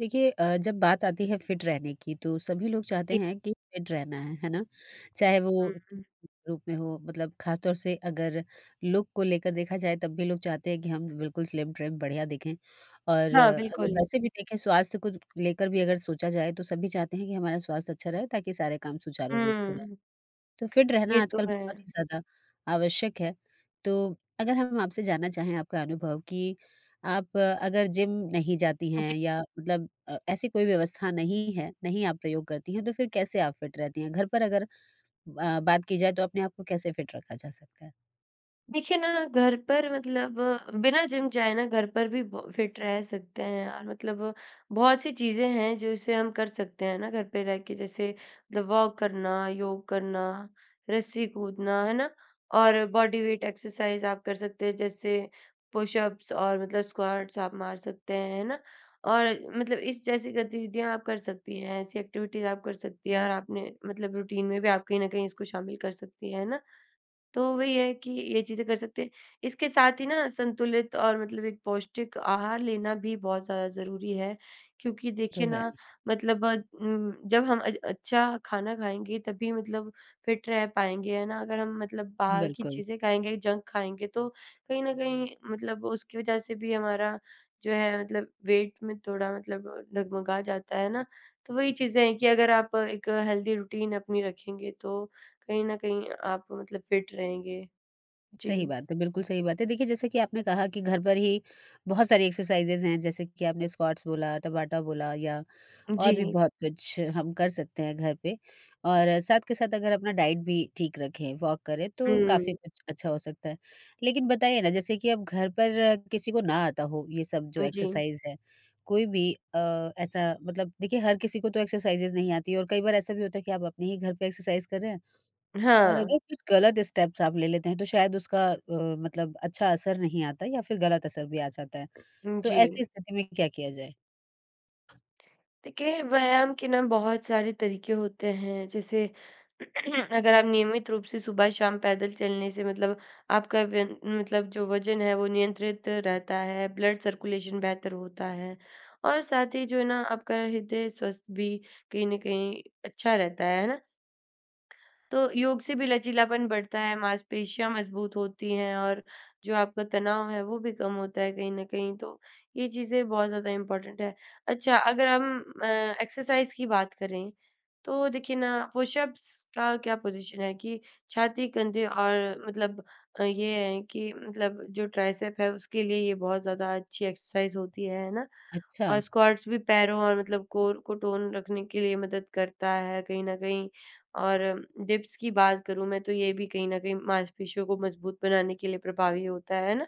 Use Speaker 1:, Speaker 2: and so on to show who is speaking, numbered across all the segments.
Speaker 1: देखिए जब बात आती है फिट रहने की तो सभी लोग चाहते
Speaker 2: जी।
Speaker 1: हैं कि फिट रहना है ना? चाहे वो
Speaker 2: हुँ, हुँ।
Speaker 1: रूप में हो मतलब खासतौर से अगर लुक को लेकर देखा जाए तब भी लोग चाहते हैं कि हम बिल्कुल स्लिम ट्रिम बढ़िया दिखें और
Speaker 2: हाँ,
Speaker 1: अ, अगर
Speaker 2: बिल्कुल।
Speaker 1: वैसे भी देखें स्वास्थ्य को लेकर भी अगर सोचा जाए तो सभी चाहते हैं कि हमारा स्वास्थ्य अच्छा रहे ताकि सारे काम सुचारू रूप से
Speaker 2: हुँ,
Speaker 1: तो फिट रहना
Speaker 2: ये तो
Speaker 1: आजकल
Speaker 2: है।
Speaker 1: बहुत ही ज़्यादा आवश्यक है। तो अगर हम आपसे जानना चाहें आपका अनुभव कि आप अगर जिम नहीं जाती
Speaker 2: जी।
Speaker 1: हैं या मतलब ऐसी कोई व्यवस्था नहीं है, नहीं आप प्रयोग करती हैं, तो फिर कैसे आप फिट रहती हैं? घर पर अगर बात की जाए तो अपने आप को कैसे फिट रखा जा सकता है?
Speaker 2: देखिए ना घर पर मतलब बिना जिम जाए ना घर पर भी फिट रह सकते हैं और मतलब बहुत सी चीजें हैं जो इसे हम कर सकते हैं ना घर पे रह के जैसे मतलब वॉक करना, योग करना, रस्सी कूदना, है ना? और बॉडी वेट एक्सरसाइज आप कर सकते हैं, जैसे पुशअप्स और मतलब स्क्वाट्स आप मार सकते हैं, है ना? और मतलब इस जैसी गतिविधियां आप कर सकती हैं, ऐसी एक्टिविटीज आप कर सकती हैं और आपने मतलब रूटीन में भी आप कहीं ना कहीं इसको शामिल कर सकती हैं, है ना? तो वही है कि ये चीज़ें कर सकते हैं। इसके साथ ही ना संतुलित और मतलब एक पौष्टिक आहार लेना भी बहुत ज़्यादा ज़रूरी है, क्योंकि
Speaker 1: तो
Speaker 2: देखिए
Speaker 1: है,
Speaker 2: ना मतलब जब हम अच्छा खाना खाएँगे तभी मतलब फिट रह पाएँगे, है ना? अगर हम मतलब बाहर की
Speaker 1: बिल्कुल।
Speaker 2: चीज़ें खाएँगे, जंक खाएँगे तो कहीं न कहीं मतलब उसकी वज़ह से भी हमारा जो है मतलब वेट में थोड़ा मतलब डगमगा जाता है ना? तो वही चीज़ें हैं कि अगर आप एक हेल्दी रूटीन अपनी रखेंगे तो कहीं न कहीं आप मतलब फिट रहेंगे। जी,
Speaker 1: सही बात है, बिल्कुल सही बात है। देखिए जैसे कि आपने कहा कि घर पर ही बहुत सारी एक्सरसाइज़ेज़ हैं जैसे कि आपने स्क्वाट्स बोला, टबाटा बोला या और भी
Speaker 2: जी।
Speaker 1: बहुत कुछ हम कर सकते हैं घर पे और साथ के साथ अगर अपना डाइट भी ठीक रखें, वॉक करें तो काफ़ी
Speaker 2: हुँ,
Speaker 1: कुछ अच्छा हो सकता है। लेकिन बताइए ना जैसे कि अब घर पर किसी को ना आता हो ये सब जो
Speaker 2: जी।
Speaker 1: एक्सरसाइज़ है, कोई भी ऐसा मतलब देखिए हर किसी को तो एक्सरसाइज़ेज़ नहीं आती है और कई बार ऐसा भी होता है कि आप अपने ही घर पे एक्सरसाइज़ कर रहे हैं और
Speaker 2: हाँ,
Speaker 1: अगर कुछ गलत स्टेप्स आप ले लेते हैं तो शायद उसका मतलब अच्छा असर नहीं आता या फिर गलत असर भी आ जाता है। तो
Speaker 2: जी।
Speaker 1: ऐसी स्थिति में क्या किया जाए?
Speaker 2: देखिए व्यायाम के ना बहुत सारे तरीके होते हैं, जैसे अगर आप नियमित रूप से सुबह-शाम पैदल चलने से मतलब आपका वन मतलब जो वज़न है वो नियंत्रित रहता है, ब्लड सर्कुलेशन बेहतर होता है और साथ ही जो है ना आपका हृदय स्वस्थ भी कहीं न कहीं अच्छा रहता है ना? तो योग से भी लचीलापन बढ़ता है, मांसपेशियाँ मजबूत होती हैं और जो आपका तनाव है, वो भी कम होता है कहीं न कहीं, तो ये चीज़ें बहुत ज़्यादा इम्पोर्टेंट है। अच्छा, अगर हम एक्सरसाइज़ की बात करें, तो देखिए ना पुशअप्स का क्या पोज़ीशन है कि छाती, कंधे और मतलब ये है कि मतलब जो ट्राइसेप है, उसके लिए ये बहुत ज़्यादा अच्छी एक्सरसाइज़ होती है ना?
Speaker 1: अच्छा।
Speaker 2: और स्क्वाट्स भी पैरों और मतलब कोर को टोन रखने के लिए मदद करता है कहीं न कहीं। और डिप्स की बात करूँ मैं तो ये भी कहीं न कहीं मांसपेशियों को मजबूत बनाने के लिए प्रभावी होता है ना?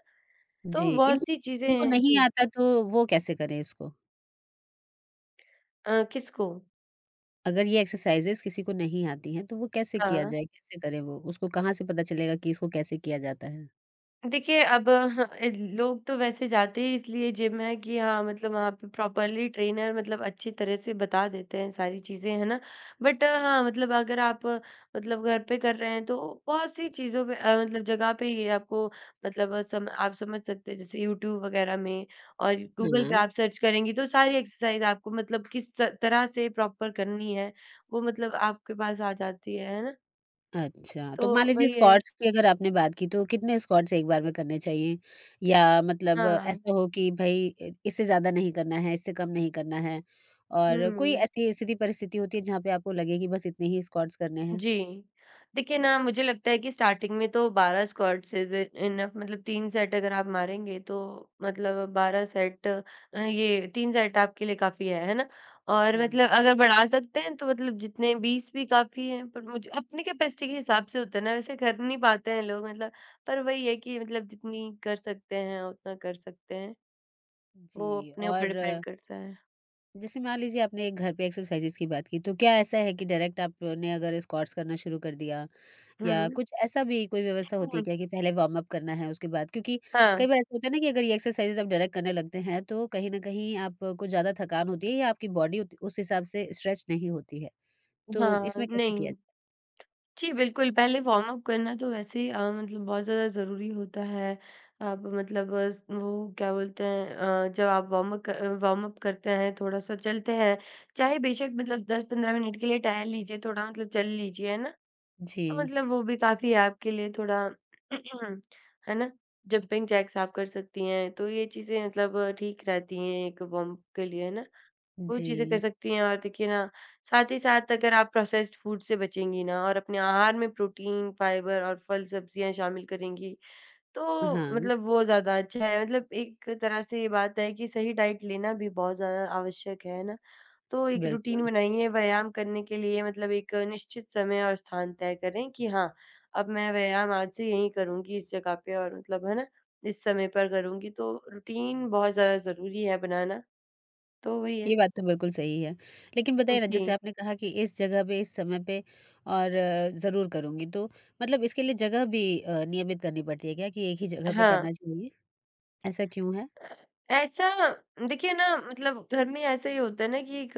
Speaker 2: तो
Speaker 1: जी, इनको
Speaker 2: बहुत-सी चीज़ें
Speaker 1: जिनको
Speaker 2: हैं
Speaker 1: नहीं
Speaker 2: जी।
Speaker 1: आता तो वो कैसे करें इसको?
Speaker 2: किसको?
Speaker 1: अगर ये एक्सरसाइज़ेज़ किसी को नहीं आती हैं तो वो कैसे किया
Speaker 2: हाँ।
Speaker 1: जाए? कैसे करें वो? उसको कहाँ से पता चलेगा कि इसको कैसे किया जाता है?
Speaker 2: देखिए, अब हाँ, लोग तो वैसे जाते ही इसलिए जिम है कि हाँ, मतलब वहाँ पे प्रॉपर्ली ट्रेनर मतलब अच्छी तरह से बता देते हैं सारी चीज़ें, है ना? बट हाँ, मतलब अगर आप मतलब घर पे कर रहे हैं तो बहुत सी चीज़ों पे मतलब जगह पे ये आपको मतलब अ, सम आप समझ सकते हैं, जैसे यूट्यूब वगैरह में और गूगल
Speaker 1: हाँ,
Speaker 2: पे आप सर्च करेंगी तो सारी एक्सरसाइज आपको मतलब किस त तरह से प्रॉपर करनी है, वो मतलब आपके पास आ जाती है ना?
Speaker 1: अच्छा। तो
Speaker 2: तो
Speaker 1: मान लीजिए
Speaker 2: वही है।
Speaker 1: स्क्वाट्स की अगर आपने बात की तो कितने स्क्वाट्स एक बार में करने चाहिए? या मतलब
Speaker 2: हाँ।
Speaker 1: ऐसा हो कि भई इ इससे ज़्यादा नहीं करना है, इससे कम नहीं करना है और कोई
Speaker 2: हुँ।
Speaker 1: ऐसी स्थिति परिस्थिति होती है जहाँ पे आपको लगे कि बस इतने ही स्क्वाट्स करने हैं?
Speaker 2: जी। देखिए ना, मुझे लगता है कि स्टार्टिंग में तो 12 स्क्वाट्स इज़ इनफ मतलब 3 सेट अगर आप मारेंगे तो मतलब 12 सेट ये 3 सेट आपके लिए काफ़ी है ना? और
Speaker 1: हाँ,
Speaker 2: मतलब अगर बढ़ा सकते हैं तो मतलब जितने 20 भी काफ़ी हैं, पर मुझे अपनी कैपेसिटी के हिसाब से होता है ना, वैसे कर नहीं पाते हैं लोग मतलब, पर वही है कि मतलब जितनी कर सकते हैं, उतना कर सकते हैं। वो
Speaker 1: जी
Speaker 2: अपने ऊपर
Speaker 1: और
Speaker 2: डिपेंड करता है।
Speaker 1: जैसे मान लीजिए आपने एक घर पे एक्सरसाइजेज़ की बात की, तो क्या ऐसा है कि डायरेक्ट आपने अगर स्क्वाट्स करना शुरू कर दिया या
Speaker 2: हुँ।
Speaker 1: कुछ ऐसा भी कोई व्यवस्था होती है क्या कि पहले वार्म अप करना है उसके बाद क्योंकि कई
Speaker 2: हाँ।
Speaker 1: बार ऐसा होता है ना कि अगर ये एक्सरसाइजेज़ आप डायरेक्ट करने लगते हैं, तो कहीं न कहीं आपको ज़्यादा थकान होती है या आपकी बॉडी उत उस हिसाब से स्ट्रेच नहीं होती है। तो
Speaker 2: हाँ,
Speaker 1: इसमें कैसे किया
Speaker 2: नहीं।
Speaker 1: जाए?
Speaker 2: जी, बिल्कुल, पहले वार्म अप करना तो वैसे ही मतलब बहुत ज़्यादा ज़रूरी होता है। आप मतलब अ, स वो क्या बोलते हैं जब आप वार्म अप करते हैं, थोड़ा-सा चलते हैं, चाहे बेशक मतलब 10-15 मिनट के लिए टहल लीजिए, थोड़ा मतलब चल लीजिए, है ना? तो
Speaker 1: जी,
Speaker 2: मतलब वो भी काफ़ी है आपके लिए थोड़ा। है ना? जंपिंग जैक्स आप कर सकती हैं, तो ये चीज़ें मतलब ठीक रहती हैं एक वार्म अप के लिए, है ना? वो
Speaker 1: जी।
Speaker 2: चीज़ें कर सकती हैं और देखिए ना, साथ ही साथ अगर आप प्रोसेस्ड फूड से बचेंगी ना और अपने आहार में प्रोटीन, फाइबर और फल-सब्जियाँ शामिल करेंगी, तो
Speaker 1: हाँ,
Speaker 2: मतलब वो ज़्यादा अच्छा है। मतलब एक तरह से ये बात है कि सही डाइट लेना भी बहुत ज़्यादा आवश्यक है ना? तो एक रूटीन
Speaker 1: बिल्कुल।
Speaker 2: बनाइए व्यायाम करने के लिए मतलब एक निश्चित समय और स्थान तय करें कि हाँ, अब मैं व्यायाम आज से यहीं करूँगी इस जगह पे और मतलब है ना, इस समय पर करूँगी। तो रूटीन बहुत ज़्यादा ज़रूरी है बनाना, तो वही है।
Speaker 1: ये बात तो बिल्कुल सही है। लेकिन बताइए ना
Speaker 2: जी।
Speaker 1: जैसे आपने कहा कि इस जगह पे, इस समय पे और ज़रूर करूँगी तो मतलब इसके लिए जगह भी नियमित करनी पड़ती है क्या कि एक ही जगह पे
Speaker 2: हाँ।
Speaker 1: करना चाहिए? ऐसा क्यों है?
Speaker 2: ऐसा देखिए ना मतलब घर में ऐसा ही होता है ना कि एक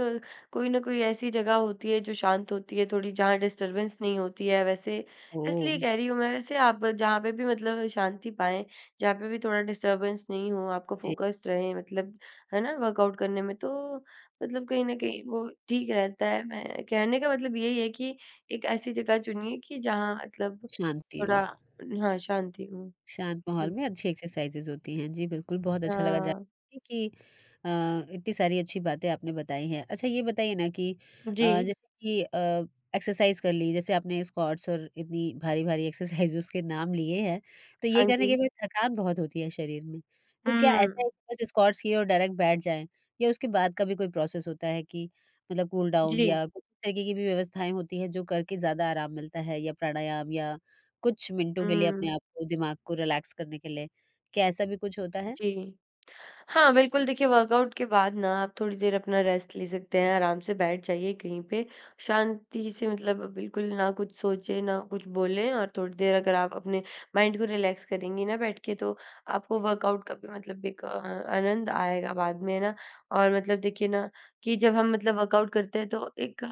Speaker 2: कोई ना कोई ऐसी जगह होती है जो शांत होती है थोड़ी, जहाँ डिस्टरबेंस नहीं होती है वैसे,
Speaker 1: ओह!
Speaker 2: इसलिए कह रही हूँ मैं। वैसे आप जहाँ पे भी मतलब शांति पाएं, जहाँ पे भी थोड़ा डिस्टरबेंस नहीं हो, आपका
Speaker 1: जी,
Speaker 2: फोकस्ड रहे मतलब, है ना, वर्कआउट करने में, तो मतलब कहीं ना कहीं वो ठीक रहता है। मैं कहने का मतलब यही है कि एक ऐसी जगह चुनिए कि जहाँ मतलब
Speaker 1: शांति
Speaker 2: थोड़ा
Speaker 1: हो।
Speaker 2: हाँ, शांति हो।
Speaker 1: शांत माहौल
Speaker 2: जी।
Speaker 1: में अच्छी एक्सरसाइज़ेज़ होती हैं। जी, बिल्कुल, बहुत अच्छा लगा जान
Speaker 2: हाँ।
Speaker 1: के कि अ, इतनी सारी अच्छी बातें आपने बताई हैं। अच्छा ये बताइए ना कि
Speaker 2: जी।
Speaker 1: जैसे कि एक्सरसाइज़ कर ली, जैसे आपने स्क्वाट्स और इतनी भारी-भारी एक्सरसाइज़ेज़ के नाम लिए हैं, तो ये
Speaker 2: हाँ।
Speaker 1: करने के
Speaker 2: जी।
Speaker 1: बाद थकान बहुत होती है शरीर में। तो
Speaker 2: हुँ।
Speaker 1: क्या ऐसा है कि बस स्क्वाट्स किए और डायरेक्ट बैठ जाएँ या उसके बाद का भी कोई प्रोसेस होता है कि मतलब कूल डाउन
Speaker 2: जी।
Speaker 1: या कुछ तरीके की भी व्यवस्थाएँ होती हैं, जो करके ज़्यादा आराम मिलता है या प्राणायाम या कुछ मिनटों के लिए अपने
Speaker 2: हुँ,
Speaker 1: आप को दिमाग को रिलैक्स करने के लिए, क्या ऐसा भी कुछ होता है?
Speaker 2: जी। हाँ, बिल्कुल। देखिए वर्कआउट के बाद ना आप थोड़ी देर अपना रेस्ट ले सकते हैं, आराम से बैठ जाइए कहीं पे, शांति से मतलब बिल्कुल ना कुछ सोचें, ना कुछ बोलें और थोड़ी देर अगर आप अपने माइंड को रिलैक्स करेंगी ना बैठ के तो आपको वर्कआउट का भी मतलब एक आनंद आएगा बाद में, है ना? और मतलब देखिए ना कि जब हम मतलब वर्कआउट करते हैं तो एक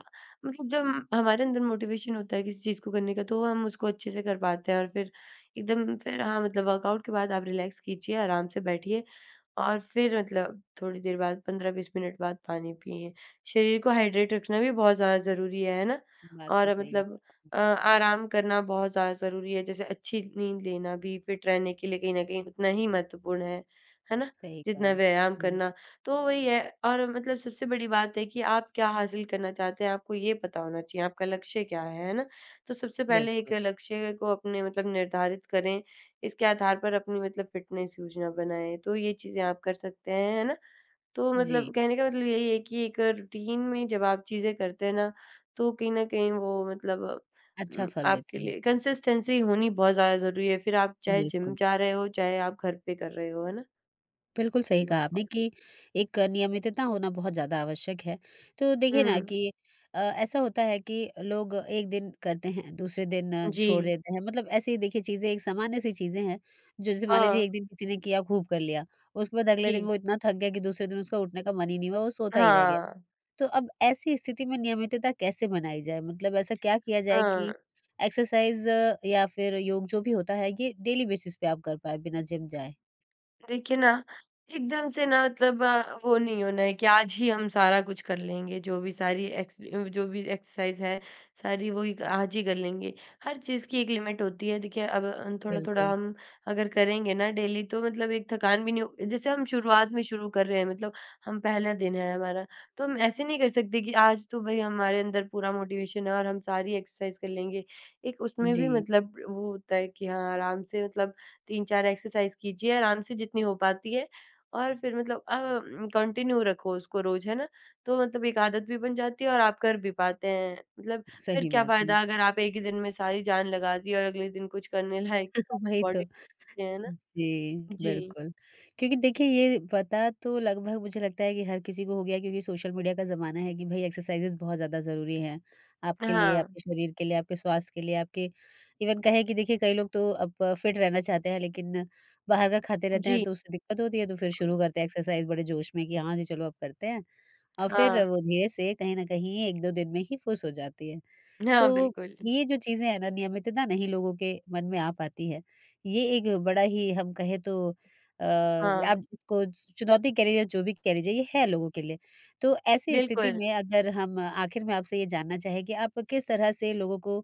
Speaker 2: मतलब जब हमारे अंदर मोटिवेशन होता है किसी चीज़ को करने का तो हम उसको अच्छे से कर पाते हैं और फिर एकदम फिर हाँ, मतलब वर्कआउट के बाद आप रिलैक्स कीजिए, आराम से बैठिए और फिर मतलब थोड़ी देर बाद 15-20 मिनट बाद पानी पिएँ। शरीर को हाइड्रेट रखना भी बहुत ज़्यादा ज़रूरी है ना?
Speaker 1: बात तो
Speaker 2: और
Speaker 1: सही है,
Speaker 2: मतलब
Speaker 1: बिल्कुल,
Speaker 2: आराम करना बहुत ज़्यादा ज़रूरी है, जैसे अच्छी नींद लेना भी फिट रहने के लिए कहीं न कहीं उतना ही महत्वपूर्ण है ना?
Speaker 1: सही कहा।
Speaker 2: जितना व्यायाम
Speaker 1: हुँ,
Speaker 2: करना। तो वही है और मतलब सबसे बड़ी बात है कि आप क्या हासिल करना चाहते हैं, आपको ये पता होना चाहिए, आपका लक्ष्य क्या है ना? तो सबसे पहले
Speaker 1: बिल्कुल,
Speaker 2: एक लक्ष्य को अपने मतलब निर्धारित करें, इसके आधार पर अपनी मतलब फ़िटनेस योजना बनाएँ, तो ये चीज़ें आप कर सकते हैं, है ना? तो
Speaker 1: जी,
Speaker 2: मतलब कहने का मतलब यही है कि एक रूटीन में जब आप चीज़ें करते हैं ना, तो कहीं न कहीं वो मतलब
Speaker 1: अच्छा फल
Speaker 2: आपके
Speaker 1: देती है।
Speaker 2: लिए कंसिस्टेंसी होनी बहुत ज़्यादा ज़रूरी है, फिर आप चाहे जिम
Speaker 1: बिल्कुल,
Speaker 2: जा रहे हो, चाहे आप घर पे कर रहे हो, है ना?
Speaker 1: बिल्कुल सही
Speaker 2: जी।
Speaker 1: कहा आपने कि एक नियमितता होना बहुत ज़्यादा आवश्यक है। तो
Speaker 2: हुँ,
Speaker 1: देखिए ना कि ऐसा होता है कि लोग एक दिन करते हैं, दूसरे दिन छोड़
Speaker 2: जी।
Speaker 1: देते हैं, मतलब ऐसे ही देखिए चीज़ें एक सामान्य-सी चीज़ें हैं, जो जैसे मान लीजिए
Speaker 2: हाँ,
Speaker 1: एक दिन किसी ने किया खूब कर लिया, उसके बाद अगले दिन
Speaker 2: जी।
Speaker 1: वो इतना थक गया कि दूसरे दिन उसका उठने का मन ही नहीं हुआ, वो सोता ही रह गया।
Speaker 2: हाँ,
Speaker 1: तो अब ऐसी स्थिति में नियमितता कैसे बनाई जाए? मतलब ऐसा क्या किया जाए कि
Speaker 2: हाँ।
Speaker 1: एक्सरसाइज़ या फिर योग जो भी होता है ये डेली बेसिस पे आप कर पाएँ बिना जिम जाए?
Speaker 2: देखिए ना, एकदम से ना मतलब वो नहीं होना है कि आज ही हम सारा कुछ कर लेंगे, जो भी एक्सरसाइज़ है, सारी वो ही आज ही कर लेंगे। हर चीज़ की एक लिमिट होती है। देखिए अब थोड़ा-थोड़ा
Speaker 1: बिल्कुल।
Speaker 2: हम अगर करेंगे ना डेली तो मतलब एक थकान भी नहीं हो, जैसे हम शुरुआत में शुरू कर रहे हैं मतलब हम, पहला दिन है हमारा, तो हम ऐसे नहीं कर सकते कि आज तो भई हमारे अंदर पूरा मोटिवेशन है और हम सारी एक्सरसाइज़ कर लेंगे। एक उसमें भी
Speaker 1: जी,
Speaker 2: मतलब वो होता है कि हाँ, आराम से मतलब 3-4 एक्सरसाइज़ कीजिए आराम से जितनी हो पाती है और फिर मतलब कंटिन्यू रखो उसको रोज़, है ना? तो मतलब एक आदत भी बन जाती है और आप कर भी पाते हैं। मतलब फिर
Speaker 1: सही
Speaker 2: क्या
Speaker 1: बात है।
Speaker 2: फ़ायदा अगर आप एक ही दिन में सारी जान लगा दी और अगले दिन कुछ करने लायक
Speaker 1: वही तो।
Speaker 2: बॉडी, है ना?
Speaker 1: जी,
Speaker 2: जी।
Speaker 1: बिल्कुल। क्योंकि देखिए ये पता तो लगभग मुझे लगता है कि हर किसी को हो गया है क्योंकि सोशल मीडिया का ज़माना है कि भई एक्सरसाइज़ेज़ बहुत ज़्यादा ज़रूरी हैं, आपके लिए,
Speaker 2: हाँ।
Speaker 1: आपके शरीर के लिए, आपके स्वास्थ्य के लिए, आपके इवन कहें कि देखिए कई लोग तो अब फिट रहना चाहते हैं लेकिन बाहर का खाते रहते
Speaker 2: जी,
Speaker 1: हैं तो उससे दिक्कत होती है तो फिर
Speaker 2: बिल्कुल।
Speaker 1: शुरू करते हैं एक्सरसाइज़ बड़े जोश में कि हाँ जी, चलो अब करते हैं और फिर
Speaker 2: हाँ।
Speaker 1: वो धीरे से कहीं न कहीं 1-2 दिन में ही फुस हो जाती है।
Speaker 2: हाँ,
Speaker 1: तो
Speaker 2: बिल्कुल।
Speaker 1: ये जो चीज़ें हैं ना, नियमितता नहीं लोगों के मन में आ पाती है। ये एक बड़ा ही हम कहें तो
Speaker 2: हाँ,
Speaker 1: आप इसको चुनौती कह लीजिए, जो भी कह लीजिए, ये है लोगों के लिए। तो ऐसी स्थिति
Speaker 2: बिल्कुल।
Speaker 1: में अगर हम आखिर में आपसे ये जानना चाहें कि आप किस तरह से लोगों को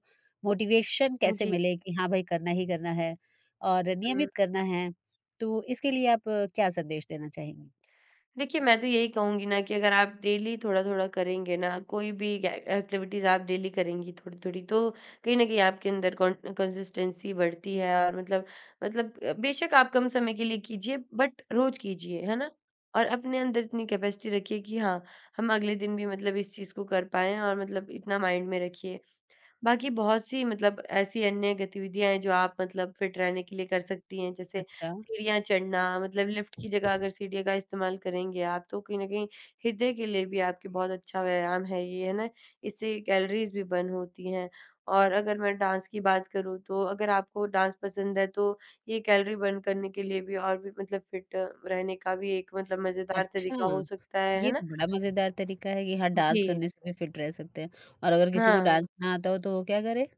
Speaker 1: मोटिवेशन कैसे
Speaker 2: जी।
Speaker 1: मिले कि हाँ भाई, करना ही करना है और नियमित
Speaker 2: हुँ।
Speaker 1: करना है, तो इसके लिए आप क्या संदेश देना चाहेंगी?
Speaker 2: देखिए, मैं तो यही कहूँगी ना कि अगर आप डेली थोड़ा-थोड़ा करेंगे ना, कोई भी ए एक्टिविटीज़ आप डेली करेंगी थोड़ी-थोड़ी, तो कहीं न कहीं आपके अंदर कॉन कंसिस्टेंसी बढ़ती है और मतलब मतलब बेशक आप कम समय के लिए कीजिए, बट रोज़ कीजिए, है ना? और अपने अंदर इतनी कैपेसिटी रखिए कि हाँ, हम अगले दिन भी मतलब इस चीज़ को कर पाएँ और मतलब इतना माइंड में रखिए। बाकी बहुत सी मतलब ऐसी अन्य गतिविधियाँ हैं जो आप मतलब फिट रहने के लिए कर सकती हैं, जैसे
Speaker 1: अच्छा,
Speaker 2: सीढ़ियाँ चढ़ना, मतलब लिफ्ट की जगह अगर सीढ़ियों का इस्तेमाल करेंगे आप तो कहीं न कहीं हृदय के लिए भी आपके बहुत अच्छा व्यायाम है ये, है ना? इससे कैलोरीज़ भी बर्न होती हैं और अगर मैं डांस की बात करूँ तो अगर आपको डांस पसंद है तो ये कैलोरी बर्न करने के लिए भी और भी मतलब फिट रहने का भी एक मतलब मज़ेदार
Speaker 1: अच्छा।
Speaker 2: तरीका हो सकता
Speaker 1: ये
Speaker 2: है ना?
Speaker 1: तो बड़ा मज़ेदार तरीका है कि हाँ, डांस
Speaker 2: जी,
Speaker 1: करने से भी फिट रह सकते हैं और अगर किसी को डांस
Speaker 2: हाँ।
Speaker 1: ना आता हो तो वो क्या करे?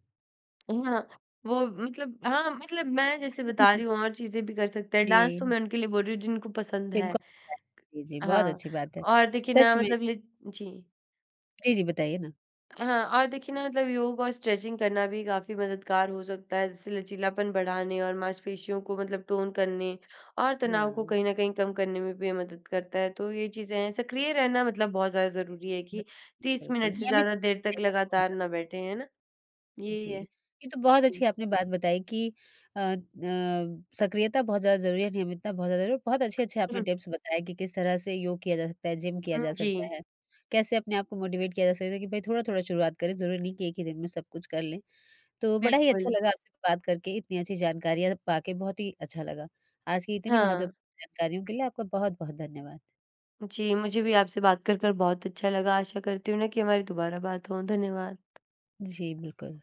Speaker 2: हाँ, वो मतलब हाँ, मतलब मैं जैसे बता रही हूँ और चीज़ें भी कर सकते हैं, डांस तो
Speaker 1: जी,
Speaker 2: मैं उनके लिए बोल रही हूँ जिनको पसंद
Speaker 1: जिनको
Speaker 2: है।
Speaker 1: आता है जी, जी, बहुत
Speaker 2: हाँ,
Speaker 1: अच्छी बात है।
Speaker 2: और देखिए ना
Speaker 1: सच में
Speaker 2: मतलब ले। जी।
Speaker 1: जी, जी, बताइए ना?
Speaker 2: हाँ, और देखिए ना मतलब योग और स्ट्रेचिंग करना भी काफ़ी मददगार हो सकता है, जैसे लचीलापन बढ़ाने और मांसपेशियों को मतलब टोन करने और तनाव को
Speaker 1: हाँ।
Speaker 2: कहीं न कहीं कम करने में भी ये मदद करता है, तो ये चीज़ें हैं। सक्रिय रहना मतलब बहुत ज़्यादा ज़रूरी है
Speaker 1: ज
Speaker 2: कि 30
Speaker 1: बिल्कुल,
Speaker 2: मिनट से
Speaker 1: नियमित
Speaker 2: ज़्यादा देर
Speaker 1: सक्रिय
Speaker 2: तक
Speaker 1: रहना बहुत
Speaker 2: लगातार
Speaker 1: ज़्यादा
Speaker 2: ना बैठे, है ना? यही
Speaker 1: जी,
Speaker 2: है।
Speaker 1: ये तो बहुत
Speaker 2: जी।
Speaker 1: अच्छी आपने बात बताई कि अ अ, सक्रियता बहुत ज़्यादा ज़रूरी है, नियमितता बहुत ज़्यादा ज़रूरी है। बहुत अच्छे-अच्छे आपने
Speaker 2: हुँ,
Speaker 1: टिप्स बताए कि किस तरह से योग किया जा सकता है, जिम किया
Speaker 2: हुँ,
Speaker 1: जा सकता
Speaker 2: जी,
Speaker 1: है, कैसे अपने आप को मोटिवेट किया जा सकता है कि भाई थोड़ा-थोड़ा शुरुआत करें, ज़रूरी नहीं कि एक ही दिन में सब कुछ कर लें। तो बड़ा ही अच्छा
Speaker 2: बिल्कुल।
Speaker 1: लगा आपसे बात करके, इतनी अच्छी जानकारियाँ पाके बहुत ही अच्छा लगा। आज की इतनी
Speaker 2: हाँ,
Speaker 1: महत्वपूर्ण जानकारियों के लिए आपका बहुत-बहुत धन्यवाद।
Speaker 2: जी, मुझे भी आपसे बात कर बहुत अच्छा लगा। आशा करती हूँ ना कि हमारी दोबारा बात हो। धन्यवाद।
Speaker 1: जी, बिल्कुल।